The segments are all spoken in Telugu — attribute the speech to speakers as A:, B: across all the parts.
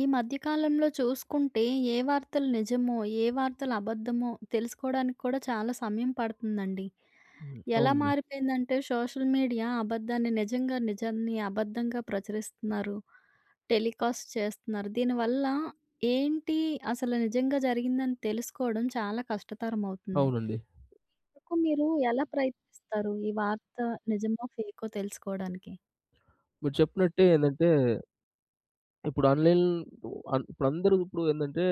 A: ఈ మధ్య కాలంలో చూసుకుంటే, ఏ వార్తలు నిజమో, ఏ వార్తలు అబద్ధమో తెలుసుకోవడానికి కూడా చాలా సమయం పడుతుందండి.
B: హ్మ్.
A: ఎలా
B: అవునండి.
A: మారిపోయిందంటే సోషల్ మీడియా అబద్ధాన్ని నిజంగా, నిజాన్ని అబద్ధంగా ప్రచురిస్తున్నారు. టెలికాస్ట్ చేస్తున్నారు. దీనివల్ల ఏంటి అసలు నిజంగా జరిగిందని తెలుసుకోవడం చాలా కష్టతరం అవుతుంది.
B: అవునండి.
A: మీకు మీరు ఎలా ప్రయత్నిస్తారు? ఈ వార్త నిజమో, ఫేకో తెలుసుకోవడానికి?
B: మీరు చెప్పినట్టే ఇప్పుడు ఆన్‌లైన్ ఇప్పుడందరూ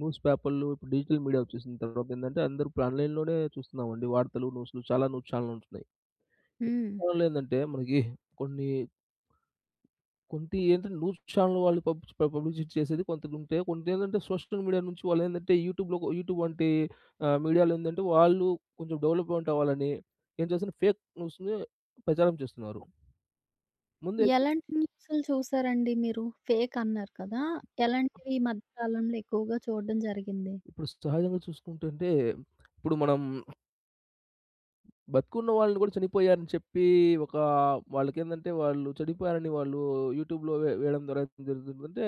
B: న్యూస్ పేపర్‌లు, ఇప్పుడు డిజిటల్ మీడియా వచ్చేసిన తర్వాత అందరూ ఇప్పుడు ఆన్‌లైన్‌లోనే చూస్తున్నామండి. వార్తలు, న్యూస్‌లు చాలా న్యూస్ ఛానెల్‌లు ఉంటున్నాయి.
A: హ్మ్.
B: దానివల్ల మనకి కొన్ని కొంత న్యూస్ ఛానెల్ వాళ్ళు పబ్లిసిటీ చేసేది కొంతకుంటే, కొంతేందంటే సోషల్ మీడియా నుంచి యూట్యూబ్ వంటి మీడియాలో వాళ్ళు కొంచెం డెవలప్‌మెంట్ అవ్వాలని, ఏం చేస్తున్నారు ఫేక్ న్యూస్‌ని ప్రచారం చేస్తున్నారు. ముందే
A: ఎలాంటి న్యూసులు చూసారండి మీరు? ఫేక్ అన్నారు కదా! ఎలాంటివి ఈ మధ్య కాలంలో ఎక్కువగా చూడడం జరిగింది?
B: ఇప్పుడు సహజంగా చూసుకుంటుంటే, ఇప్పుడు మనం బతికున్న వాళ్ళని గూడా చనిపోయారని చెప్పి, ఒక వాళ్ళకేందంటే వాళ్ళు చనిపోయారని వాళ్ళు యూట్యూబ్‌లో వేయడం ద్వారా ఏం జరుగుతుంది అంటే,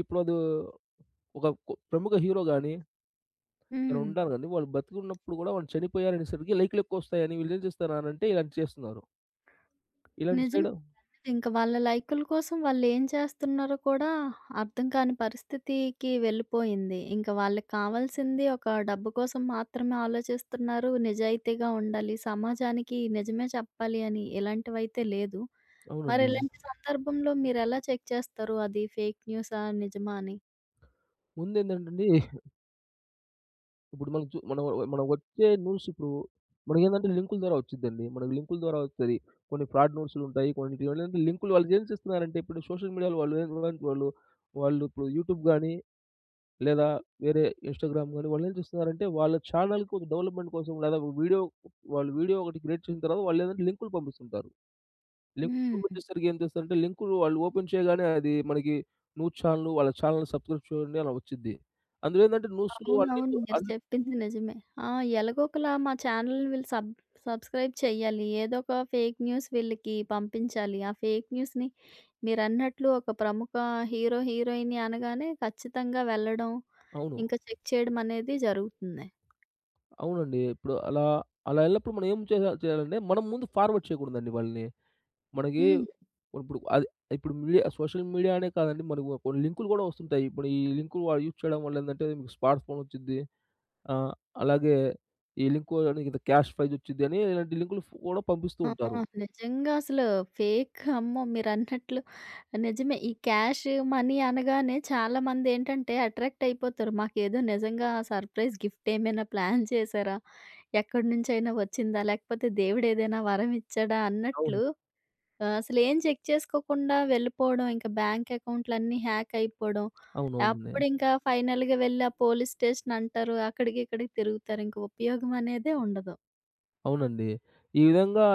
B: ఇప్పుడు అదో ఒక ప్రముఖ హీరో గాని, ఎవరైనా
A: హ్మ్.
B: ఉంటారు గాని, వాళ్ళు బతికున్నప్పుడు గూడా వాళ్ళు చనిపోయారనేసరికి లైక్‌లు ఎక్కువొస్తాయని వీళ్ళేం చేస్తున్నారంటే ఇలాంటివి చేస్తున్నారు. ఇలాంటివి
A: నిజం.
B: చేయడం
A: ఇంక వాళ్ళ లైకుల కోసం వాళ్ళేం చేస్తున్నారో కూడా అర్థం కాని పరిస్థితికి వెళ్ళిపోయింది. ఇంక వాళ్ళకి కావాల్సింది ఒక డబ్బు కోసం మాత్రమే ఆలోచిస్తున్నారు. నిజాయితీగా ఉండాలి, సమాజానికి నిజమే చెప్పాలి అని ఇలాంటివైతే లేదు. మరి
B: అవునండి.
A: ఇలాంటి సందర్భంలో మీరెలా చెక్ చేస్తారు? అది ఫేక్ న్యూసా? నిజమా అని?
B: ముందేంటంటే అండి ఇప్పుడు మనకు చు మనం మనం వచ్చే న్యూస్ ఇప్పుడు లింకుల ద్వారా వచ్చిద్దండి. మనకు లింకుల ద్వారా వస్తది. కొన్ని ఫ్రాడ్ న్యూస్‌లుంటాయి. కొన్నిటికి లింకులు వాళ్ళు ఏం చేస్తున్నారంటే ఇప్పుడు సోషల్ మీడియాలో వాళ్ళు ఏం వాళ్ళు వాళ్ళు వాళ్ళు ఇప్పుడు యూట్యూబ్ గాని, లేదా వేరే ఇన్‌స్టాగ్రామ్ గాని వాళ్ళు ఏం చేస్తున్నారంటే వాళ్ళ ఛానెల్‌కు డెవలప్‌మెంట్ కోసం లేదా వీడియో ఒకటి క్రియేట్ చేసిన తర్వాత వాళ్ళు లింకులు పంపిస్తుంటారు. లింకులు
A: హ్మ్.
B: పంపించేసరికి ఏం చేస్తారంటే లింకులు వాళ్ళు ఓపెన్ చేయగానే అది మనకి న్యూస్ ఛానెల్ వాళ్ళ ఛానెల్ సబ్‌స్క్రైబ్ చేయండి అలా వచ్చిద్ది. అందులో న్యూస్‌లో అన్ని
A: అవునవును. మీరు
B: అన్
A: చెప్పింది నిజమే. ఆ! ఎలాగోకలా మా ఛానెల్‌ని వీళ్ళు సబ్స్క్రైబ్ చేయాలి. ఏదో ఒక ఫేక్ న్యూస్ వీళ్ళకి పంపించాలి. ఆ ఫేక్ న్యూస్‌ని మీరన్నట్లు ఒక ప్రముఖ హీరో, హీరోయిన్ అనగానే ఖచ్చితంగా వెళ్ళడం,
B: అవును.
A: ఇంకా చెక్ చేయడం అనేది జరుగుతుంది.
B: అవునండి. ఇప్పుడు అలా అలా ఎళ్ళినప్పుడు మనం ఏం చేయాలంటే, మనం ముందు ఫార్వర్డ్ చేయకూడదండి వాళ్ళని. మనకి
A: హ్మ్.
B: ఇప్పుడు అది ఇప్పుడు సోషల్ మీడియా అనే కాదండి. మనకు కొన్ని లింకులు గూడా వస్తుంటాయి. ఇప్పుడు ఈ లింకులు వాళ్ళు యూజ్ చేయడం వల్ల మీకు స్మార్ట్ ఫోన్ వచ్చిద్ది. ఆహ్, అలాగే ఈ లింకు అనేది క్యాష్ ప్రైజ్ వచ్చిద్ది అని ఇలాంటి లింకులు కూడా పంపిస్తూ
A: ఆ!
B: ఉంటారు.
A: నిజంగా అసలు ఫేక్ అమ్మో! మీరన్నట్లు నిజమే. ఈ క్యాష్ మనీ అనగానే చాలామందేంటంటే అట్రాక్ట్ అయిపోతారు. మాకేదో నిజంగా సర్ప్రైజ్ గిఫ్ట్ ఏమైనా ప్లాన్ చేశారా? ఎక్కడి నుంచైనా వచ్చిందా? లేకపోతే దేవుడేదైనా వరం ఇచ్చాడా?
B: అవును.
A: అన్నట్లు అసలేం చెక్ చేసుకోకుండా వెళ్ళిపోవడం, ఇంకా బ్యాంక్ అకౌంట్‌లన్నీ హ్యాక్ అయిపోవడం.
B: అవునవును.
A: అప్పుడింకా ఫైనల్‌గా వెళ్ళి ఆ పోలీస్ స్టేషన్ అంటారు. అక్కడికి, ఇక్కడికి తిరుగుతారు. ఇంక ఉపయోగం అనేదే ఉండదు.
B: అవునండి. ఈ విధంగా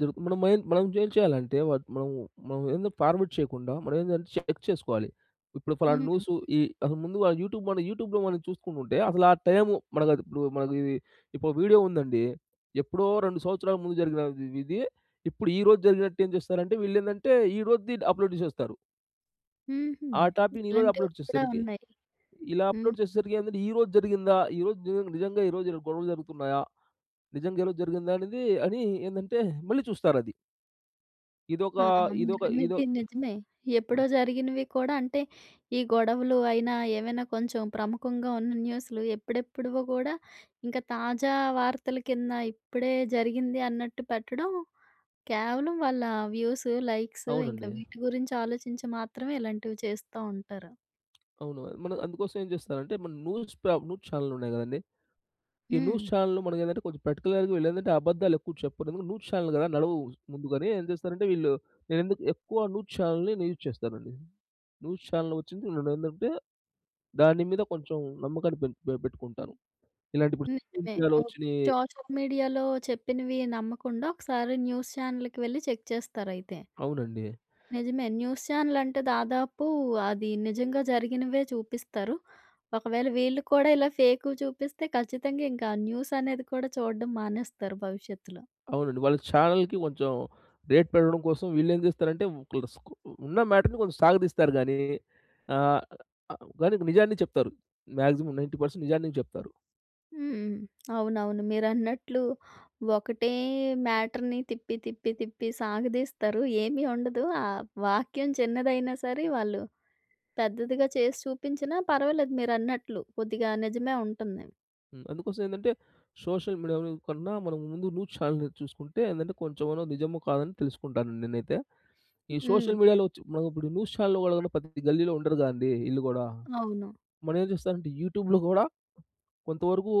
B: జరుగు మనం ఏం మనం ఏం చేయాలంటే వ మనం మనం ఫార్వర్డ్ చేయకుండా మనం చెక్ చేసుకోవాలి. ఇప్పుడు ఫలానా
A: హ్మ్.
B: న్యూస్ ఈ అసలు ముందు ఆ యూట్యూబ్ మన యూట్యూబ్‌లో మనం చూసుకుంటుంటే అసలు ఆ టైము మనకది ఇప్పుడు మనకి ఇది ఇప్పుడు వీడియో ఉందండి. ఎప్పుడో 2 సంవత్సరాల ముందు జరిగినది ఇది. ఇప్పుడు ఈ రోజు జరిగినట్టు ఏం చేస్తారంటే వీళ్ళేందంటే ఈ రోజుది అప్‌లోడ్ చేసేస్తారు.
A: హుహు.
B: ఆ టాపిక్‌ని ఈ రోజు
A: ఇలాంటివి
B: అప్‌లోడ్
A: కూడా
B: చేసేసరికి
A: ఉన్నాయి.
B: ఇలా
A: హ్మ్.
B: అప్‌లోడ్ చేసేసరికి ఏందంటే ఈ రోజు జరిగిందా? ఈ రోజు నిజంగా ఈ రోజు గొడవలు జరుగుతున్నాయా? నిజంగా ఎలా జరిగిందా అనేది అని ఏందంటే మళ్ళీ చూస్తారది. ఇదొక
A: ఆ!
B: ఇదొక ఇదో
A: మీరన్నది నిజమే. ఎప్పుడో జరిగినవి కూడా అంటే, ఈ గొడవలు అయినా, ఏవైనా కొంచెం ప్రముఖంగా ఉన్న న్యూస్‌లు ఎప్పుడెప్పుడువో గూడా ఇంకా తాజా వార్తల కింద ఇప్పుడే జరిగింది అన్నట్టు పెట్టడం, కేవలం వాళ్ళ వ్యూస్, లైక్స్ ఇంకా
B: అవునండి.
A: వీటి గురించి ఆలోచించి మాత్రమే ఇలాంటివి చేస్తూ ఉంటారు.
B: అవును. మనం అందుకోసం ఏం చేస్తారంటే మన న్యూస్ ఛానెల్‌లున్నాయి గదండీ! ఈ
A: హ్మ్.
B: న్యూస్ ఛానెల్‌లు మనకేందంటే కొంచెం పర్టిక్యులర్‌గా వీళ్ళేందంటే అబద్దాలెక్కువ చెప్పరు. ఎందుకంటే న్యూస్ ఛానెల్ గదా! ముందుగానే ఏం చేస్తారంటే వీళ్ళు నేనెందుకు ఎక్కువ న్యూస్ ఛానెల్‌ని నేను యూజ్ చేస్తానండి. న్యూస్ ఛానెల్ వచ్చింది నేనేందంటే దాని మీద కొంచెం నమ్మకాన్ని పెం పె పెట్టుకుంటాను. ఇలాంటి ఇప్పుడు సోషల్
A: నిజమే.
B: మీడియాలో
A: ఓకే.
B: వచ్చినయి
A: సోషల్ మీడియాలో చెప్పినవి నమ్మకుండా ఒకసారి న్యూస్ ఛానెల్‌కి వెళ్లి చెక్ చేస్తారయితే.
B: అవునండి.
A: నిజమే. న్యూస్ ఛానెలంటే దాదాపు అది నిజంగా జరిగినవే చూపిస్తారు. ఒకవేళ వీళ్ళు కూడా ఇలా ఫేకువి చూపిస్తే ఖచ్చితంగా ఇంకా న్యూస్ అనేది కూడా చూడడం మానేస్తారు భవిష్యత్తులో.
B: అవునండి. వాళ్ళ ఛానల్‌కి కొంచెం రేట్ పెరగడం కోసం వీళ్ళేం చేస్తారంటే ఒకళ్ళ స్కు ఉన్న మ్యాటర్‌ని కొంచెం సాగదీస్తారు గానీ ఆహ్, ఆహ్, కానీ నిజాన్ని చెప్తారు. మాక్సిమం 90% నిజాన్ని చెప్తారు.
A: హ్మ్. అవునవును. మీరన్నట్లు ఒకటే మ్యాటర్‌ని తిప్పి, తిప్పి, తిప్పి సాగదీస్తారు. ఏమీ ఉండదు. ఆ వాక్యం చిన్నదైనా సరే వాళ్ళు పెద్దదిగా చేసి చూపించినా పర్వాలేదు మీరన్నట్లు. కొద్దిగా నిజమే ఉంటుంది.
B: హ్మ్. అందుకోసం సోషల్ మీడియా కన్నా మనం ముందు న్యూస్ ఛానెల్‌ని చూసుకుంటే కొంచెమన్నా నిజమో కాదని తెలుసుకుంటానండి నేనైతే. ఈ
A: హ్మ్.
B: సోషల్ మీడియాలో వచ్చి మనం ఇప్పుడు న్యూస్ ఛానెల్‌లో కూడా ప్రతి గల్లీలో ఉండరు కదండీ! ఈళ్ళు గూడా.
A: అవును.
B: మనం ఏం చేస్తారంటే యూట్యూబ్‌లో గూడా కొంతవరకు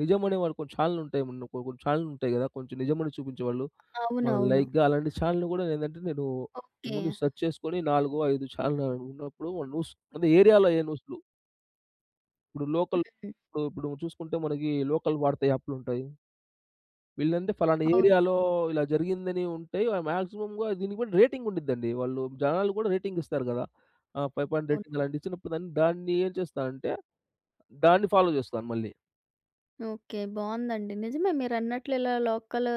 B: నిజమనేవాళ్ళు కొన్ని ఛానెలుంటాయి. మొన్న కొన్ని ఛానెలుంటాయి గదా! కొంచెం నిజమని చూపించేవాళ్ళు. మన
A: అవునవును.
B: లైక్‌గా అలాంటి ఛానెల్‌ని గూడా నేను
A: ఓకే.
B: ముందు సెర్చ్ చేసుకొని 4, 5 ఛానెల్ ఉన్నప్పుడు మన న్యూస్ అదే ఏరియాలో ఏ న్యూస్‌లు ఇప్పుడు లోకల్
A: హ్మ్.
B: ఇప్పుడు చూసుకుంటే మనకి లోకల్ వార్తా యాప్‌లుంటాయి. వీళ్ళంటే ఫలానా
A: అవును.
B: ఏరియాలో ఇలా జరిగిందని ఉంటాయి. మాక్సిమమ్‌గా దీనికి కూడా రేటింగ్ ఉండిద్దండి. జనాలు గూడా రేటింగ్ ఇస్తారు గదా! 5 పాయింట్
A: అవును.
B: రేటింగ్ అలాంటివి ఇచ్చినప్పుడు దాన్ని దాన్ని ఏం చేస్తానంటే, దాన్ని ఫాలో జేస్తాను మళ్ళీ.
A: ఓకే. బావుందండి. నిజమే మీరన్నట్లు ఇలా లోకల్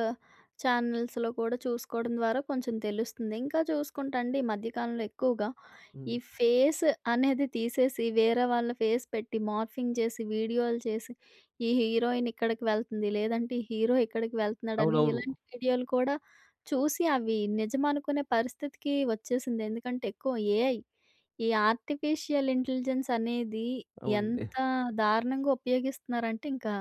A: ఛానల్స్‌లో కూడా చూసుకోవడం ద్వారా కొంచెం తెలుస్తుంది. ఇంకా చూసుకుంటే అండి ఈ మధ్య కాలంలో ఎక్కువగా ఈ
B: హ్మ్.
A: ఫేస్ అనేది తీసేసి వేరే వాళ్ళ ఫేస్ పెట్టి మార్ఫింగ్ చేసి వీడియోలు చేసి ఈ హీరోయిన్ ఇక్కడికి వెళ్తుంది. లేదంటే ఈ హీరో ఇక్కడికి వెళ్తున్నాడని
B: అవునవును.
A: ఇలాంటి వీడియోలు కూడా చూసి అవి నిజమనుకునే పరిస్థితికి వచ్చేసింది. ఎందుకంటే ఎక్కువ ఏఐ. ఈ ఆర్టిఫిషియల్ ఇంటెలిజెన్స్ అనేది
B: అవునండి.
A: ఎంత దారుణంగా ఉపయోగిస్తున్నారంటే ఇంకా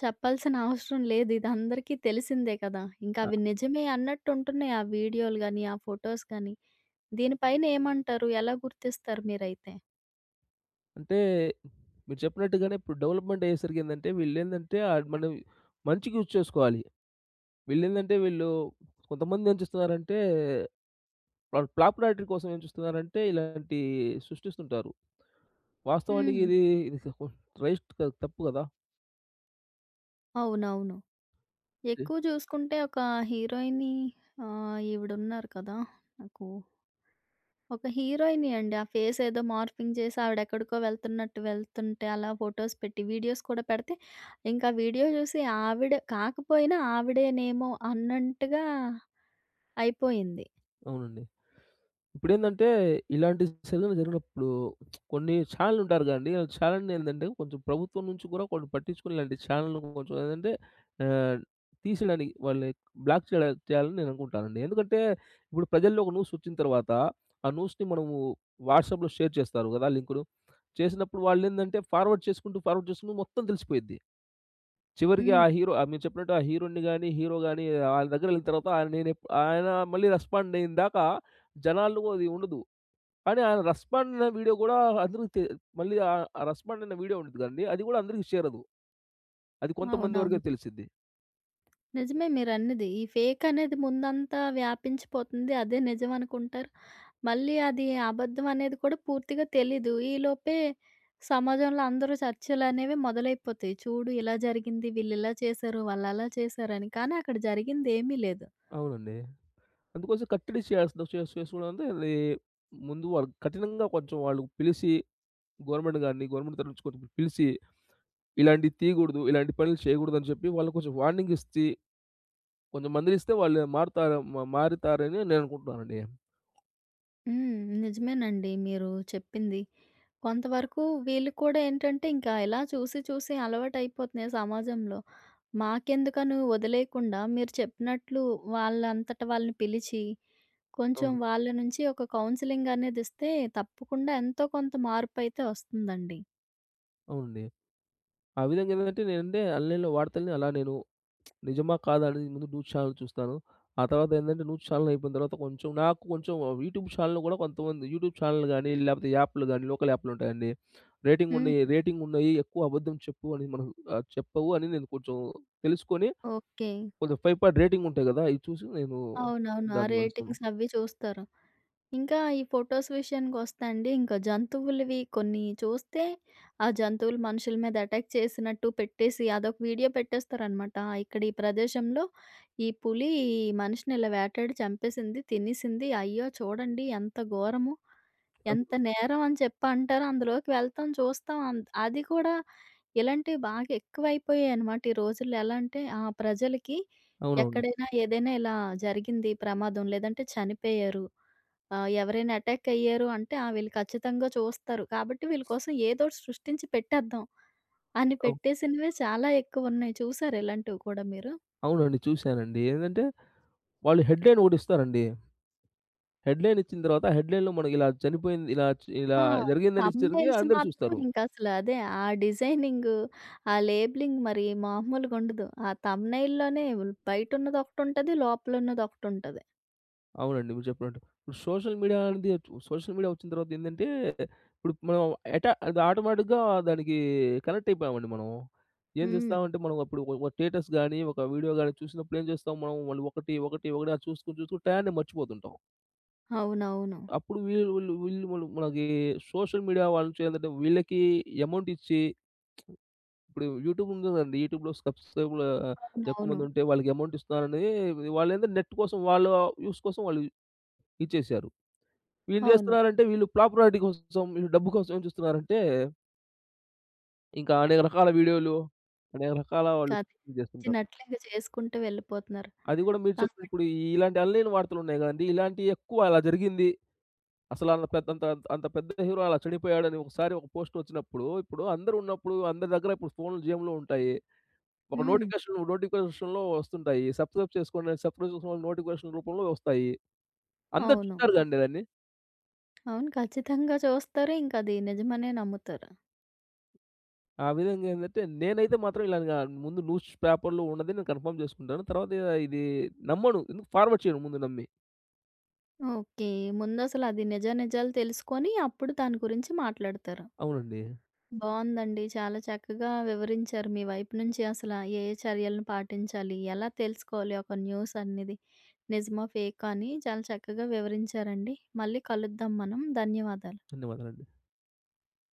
A: చెప్పాల్సిన అవసరం లేదు. ఇది అందరికీ తెలిసిందే కదా!
B: అ
A: ఇంకవి నిజమే అన్నట్టుంటున్నాయి ఆ వీడియోలు గాని, ఆ ఫోటోస్ గాని. దీనిపైన ఏమంటారు? ఎలా గుర్తిస్తారు మీరైతే?
B: అంటే మీరు చెప్పినట్టుగానే ఇప్పుడు డెవలప్‌మెంట్ అయ్యేసరికి మనం మంచికి యూజ్ చేసుకోవాలి. వీళ్ళు కొంతమందేం చేస్తున్నారంటే వాళ్ళు పాపులారిటీ కోసం ఏం చూస్తున్నారంటే ఇలాంటి సృష్టిస్తుంటారు. వాస్తవానికి
A: హ్మ్.
B: ఇది ఇది రైట్ కాదు తప్పు కదా!
A: అవునవును. ఎక్కువ జూసుకుంటే ఒక హీరోయిని ఈవిడున్నారు కదా! నాకు ఒక హీరోయినే అండి. ఆ ఫేస్ ఏదో మార్ఫింగ్ చేసి ఆవిడెక్కడికో వెళ్తున్నట్టు వెళ్తుంటే అలా ఫోటోస్ పెట్టి వీడియోస్ కూడా పెడితే, ఇంకా వీడియో జూసి ఆవిడ కాకపోయినా ఆవిడేనేమో అన్నంటగా అయిపోయింది.
B: అవునండి. ఇప్పుడేందంటే, ఇలాంటి సెలవులు జరిగినప్పుడు కొన్ని ఛానెలుంటారు కదండీ! ఆ ఛానెల్‌నేందంటే కొంచెం ప్రభుత్వం నుంచి కూడా కొన్ని పట్టించుకొని ఇలాంటి ఛానెల్‌ను కొంచెం ఆహ్, తీసేయడానికి వాళ్ళని బ్లాక్ చేయాలని నేననుకుంటానండి. ఎందుకంటే, ఇప్పుడు ప్రజల్లో ఒక న్యూసొచ్చిన తర్వాత, ఆ న్యూస్‌ని మనము వాట్సాప్‌లో షేర్ చేస్తారు కదా! లింకులు. చేసినప్పుడు వాళ్ళేందంటే ఫార్వర్డ్ చేసుకుంటూ, ఫార్వర్డ్ చేసుకుంటూ మొత్తం తెలిసిపోయిద్ది. చివరికి
A: హ్మ్.
B: మీరు చెప్పినట్టు ఆ హీరో‌న్ని గాని, హీరో గాని ఆళ్ళ దగ్గరెళ్ళిన తర్వాత ఆయన మళ్ళీ రెస్పాండయ్యేందాకా జనాల్లో అది ఉండదు. కానీ ఆయన రెస్పాండ్ అనే వీడియో గూడా అందరికి తె మళ్ళీ ఆ రెస్పాండ్ అనే వీడియో ఉంటది కదండీ! అది గూడా అందరికి చేరదు. అది కొంతమంది వరకే
A: అవునవును.
B: తెలిసిద్ది.
A: నిజమే మీరన్నది. ఈ ఫేక్ అనేది ముందంతా వ్యాపించిపోతుంది. అదే నిజం అనుకుంటారు. మళ్ళీ అది అబద్ధం అనేది కూడా పూర్తిగా తెలీదు. ఈలోపే సమాజంలో అందరూ చర్చలనేవి మొదలైపోతాయి. చూడు ఇలా జరిగింది, వీళ్ళిలా చేశారు, వాళ్ళలా చేశారని. కానీ అక్కడ జరిగింది ఏమీ లేదు.
B: అవునండి. అందుకోసం కట్టడి చేయాల్సిన చేస్ చేసుకోవడం అంటే అది ముందు వాళ్ళు కఠినంగా కొంచెం వాళ్ళు పిలిసి గవర్నమెంట్ గారిని, గవర్నమెంట్ తరపు నుంచి కొంచెం పిలిసి ఇలాంటివి తీయగూడదు, ఇలాంటి పనులు చేయగూడదు అని చెప్పి వాళ్ళకి కొంచెం వార్నింగ్ ఇచ్చి కొంచెం మందలిస్తే వాళ్ళు మారుతారు మ మారుతారని నేను అనుకుంటున్నానండి.
A: హ్మ్. నిజమేనండి మీరు చెప్పింది. కొంతవరకు వీళ్ళు కూడా ఏంటంటే ఇంకా ఇలా చూసి చూసి అలవాటయిపోతున్నాయి సమాజంలో. మాకెందుకను వదిలేయకుండా మీరు చెప్పినట్లు వాళ్ళంతట వాళ్ళని పిలిచి, కొంచెం
B: అవును.
A: వాళ్ళ నుంచి ఒక కౌన్సెలింగ్ అనేది ఇస్తే తప్పకుండా ఎంతో కొంత మార్పయితే వస్తుందండి.
B: అవునండి. ఆ విధంగా ఏందంటే నేనంటే ఆన్‌లైన్‌లో వార్తల్ని అలా నేను నిజమా కాదా అనేది ముందు న్యూస్ ఛానెల్ చూస్తాను. ఆ తర్వాత న్యూస్ ఛానెల్ అయిపోయిన తర్వాత నాకు కొంచెం యూట్యూబ్ ఛానెల్ కూడా కొంతమంది యూట్యూబ్ ఛానెల్ గాని, లేకపోతే లోకల్ యాప్‌లు ఉంటాయండి.
A: హ్మ్.
B: రేటింగ్ ఉన్నయి ఎక్కువ అబద్ధం చెప్పు అని మనం చెప్పవు అని నేను కొంచెం తెలుసుకొని
A: ఓకే.
B: కొంచెం 5 పాయింట్ రేటింగ్ ఉంటాయి గదా! అయి చూసి నేను
A: అవునవును. ఆ
B: దాన్ని గమనిస్తాను.
A: రేటింగ్స్ అవి చూస్తారు. ఇంకా ఈ ఫోటోస్ విషయానికొస్తే అండి, ఇంకా జంతువులవి కొన్ని చూస్తే, ఆ జంతువులు మనుషుల మీద అటాక్ చేసినట్టు పెట్టేసి, అదొక వీడియో పెట్టేస్తారనమాట. ఇక్కడ ఈ ప్రదేశంలో ఈ పులి ఈ మనిషిని ఇలా వేటాడి చంపేసింది, తినేసింది. అయ్యో! చూడండి ఎంత ఘోరము, ఎంత నేరం అని చెప్పి అంటారు. అందులోకి వెళ్తాం, చూస్తాం. అది కూడా ఇలాంటివి బాగా ఎక్కువైపోయాయనమాట. ఈ రోజుల్లో ఎలా అంటే ప్రజలకి
B: అవునవును.
A: ఎక్కడైనా ఏదైనా ఇలా జరిగింది ప్రమాదం, లేదంటే చనిపోయారు, ఎవరైనా అటాక్ అయ్యారు అంటే ఆ! వీళ్ళు ఖచ్చితంగా చూస్తారు. కాబట్టి వీళ్ళ కోసం ఏదోటి సృష్టించి పెట్టేద్దాం అని
B: అవు
A: పెట్టేసినవే చాలా ఎక్కువున్నాయి. చూసారా ఇలాంటివి కూడా మీరు?
B: అవునండి చూసానండి. వాళ్ళు హెడ్‌లైన్ ఒకటిస్తారండి. హెడ్‌లైన్ ఇచ్చిన తర్వాత హెడ్‌లైన్‌లో మనకి ఇలా చనిపోయింది, ఇలా
A: ఆ!
B: జరిగిందని ఇచ్చేసరికి
A: థంబ్‌నెయిల్స్
B: అందరూ
A: మాత్రం
B: చూస్తారు.
A: ఇంకసలు అదే ఆ డిజైనింగు, ఆ లేబులింగ్ మరి మామూలుగుండదు. ఆ థంబ్‌నెయిల్‌లోనే బయటున్నదొకటుంటది, లోపలున్నదొకటుంటది.
B: అవునండి. మీరు చెప్పినట్టు. ఇప్పుడు సోషల్ మీడియా అనేది సోషల్ మీడియా వచ్చిన తర్వాత ఇప్పుడు మనం అది ఆటోమేటిక్‌గా దానికి కనెక్ట్ అయిపోయామండి మనం. ఏం
A: హ్మ్.
B: చేస్తామంటే మనం అప్పుడు ఒక ఒక స్టేటస్ గాని, ఒక వీడియో గాని చూసినప్పుడు ఏం చేస్తాం మనం వాళ్ళు ఒకటి, ఒకటి, ఒకటి అది చూసుకొని, చూసుకొని టయాన్ని మర్చిపోతుంటాం.
A: అవునవును.
B: అప్పుడు వీళ్ళు వీళ్ళు వీళ్ళు మనకి సోషల్ మీడియా వాళ్ళ నుంచి వీళ్ళకి అమౌంట్ ఇచ్చి ఇప్పుడు యూట్యూబ్ ఉంటుందండి. యూట్యూబ్‌లో సబ్‌స్క్రైబర్లు
A: అవునవును.
B: ఎక్కువమంది ఉంటే వాళ్ళకి అమౌంట్ ఇస్తున్నారని వాళ్ళేందంటే నెట్ కోసం వాళ్ళ యూజ్ కోసం వాళ్ళు ఇచ్చేసారు. వీళ్ళు
A: అవును.
B: చేస్తున్నారంటే వీళ్ళు పాపులారిటీ కోసం, వీళ్ళు డబ్బు కోసం ఏం చూస్తున్నారంటే ఇంకా అనేక రకాల వీడియోలు, అనేక రకాల
A: ఇంకా
B: వాళ్ళు ఇది చేస్తుంటారు.
A: అదిచ్చినట్లు ఇంక చేసుకుంటూ వెళ్ళిపోతున్నారు.
B: అది కూడా మీరు చెప్పిన
A: కాబట్టి
B: ఇలాంటి ఆన్‌లైన్ వార్తలున్నాయి కదండీ! ఇలాంటివి ఎక్కువ అలా జరిగింది. అసలు అంత పెద్ద అంత అంత పెద్ద హీరో అలా చనిపోయాడని ఒకసారి ఒక పోస్ట్ వచ్చినప్పుడు ఇప్పుడు అందరూ ఉన్నప్పుడు అందరి దగ్గర ఇప్పుడు ఫోన్‌లు జేబులో ఉంటాయి. ఒక
A: హ్మ్.
B: నోటిఫికేషన్ నోటిఫికేషన్‌లో వస్తుంటాయి. సబ్‌స్క్రైబ్ చేసుకోమని నోటిఫికేషన్ రూపంలో వస్తాయి. అందరూ
A: అవును.
B: చూసారు గాండి దాన్ని.
A: అవును. ఖచ్చితంగా చూస్తారు. ఇంకది నిజమనే నమ్ముతారు.
B: ఆ విధంగా నేనైతే మాత్రం ఇలాగా ముందు న్యూస్ పేపర్‌లో ఉన్నది నేను కన్ఫర్మ్ చేసుకుంటాను. తర్వాత ఇది నమ్మను. ఎందుకు ఫార్వర్డ్ చేయను ముందు నమ్మి.
A: ఓకే. ముందసలది నిజ నిజాలు తెలుసుకొని అప్పుడు దాని గురించి మాట్లాడతారు.
B: అవునండి.
A: బావుందండి. చాలా చక్కగా వివరించారు. మీ వైపు నుంచి అసల ఏ ఏ చర్యలను పాటించాలి? ఎలా తెలుసుకోవాలి ఒక న్యూస్ అనేది? నిజమా? ఫేకా? అని చాలా చక్కగా వివరించారండి. మళ్ళీ కలుద్దాం మనం. ధన్యవాదాలు.
B: ధన్యవాదాలండి.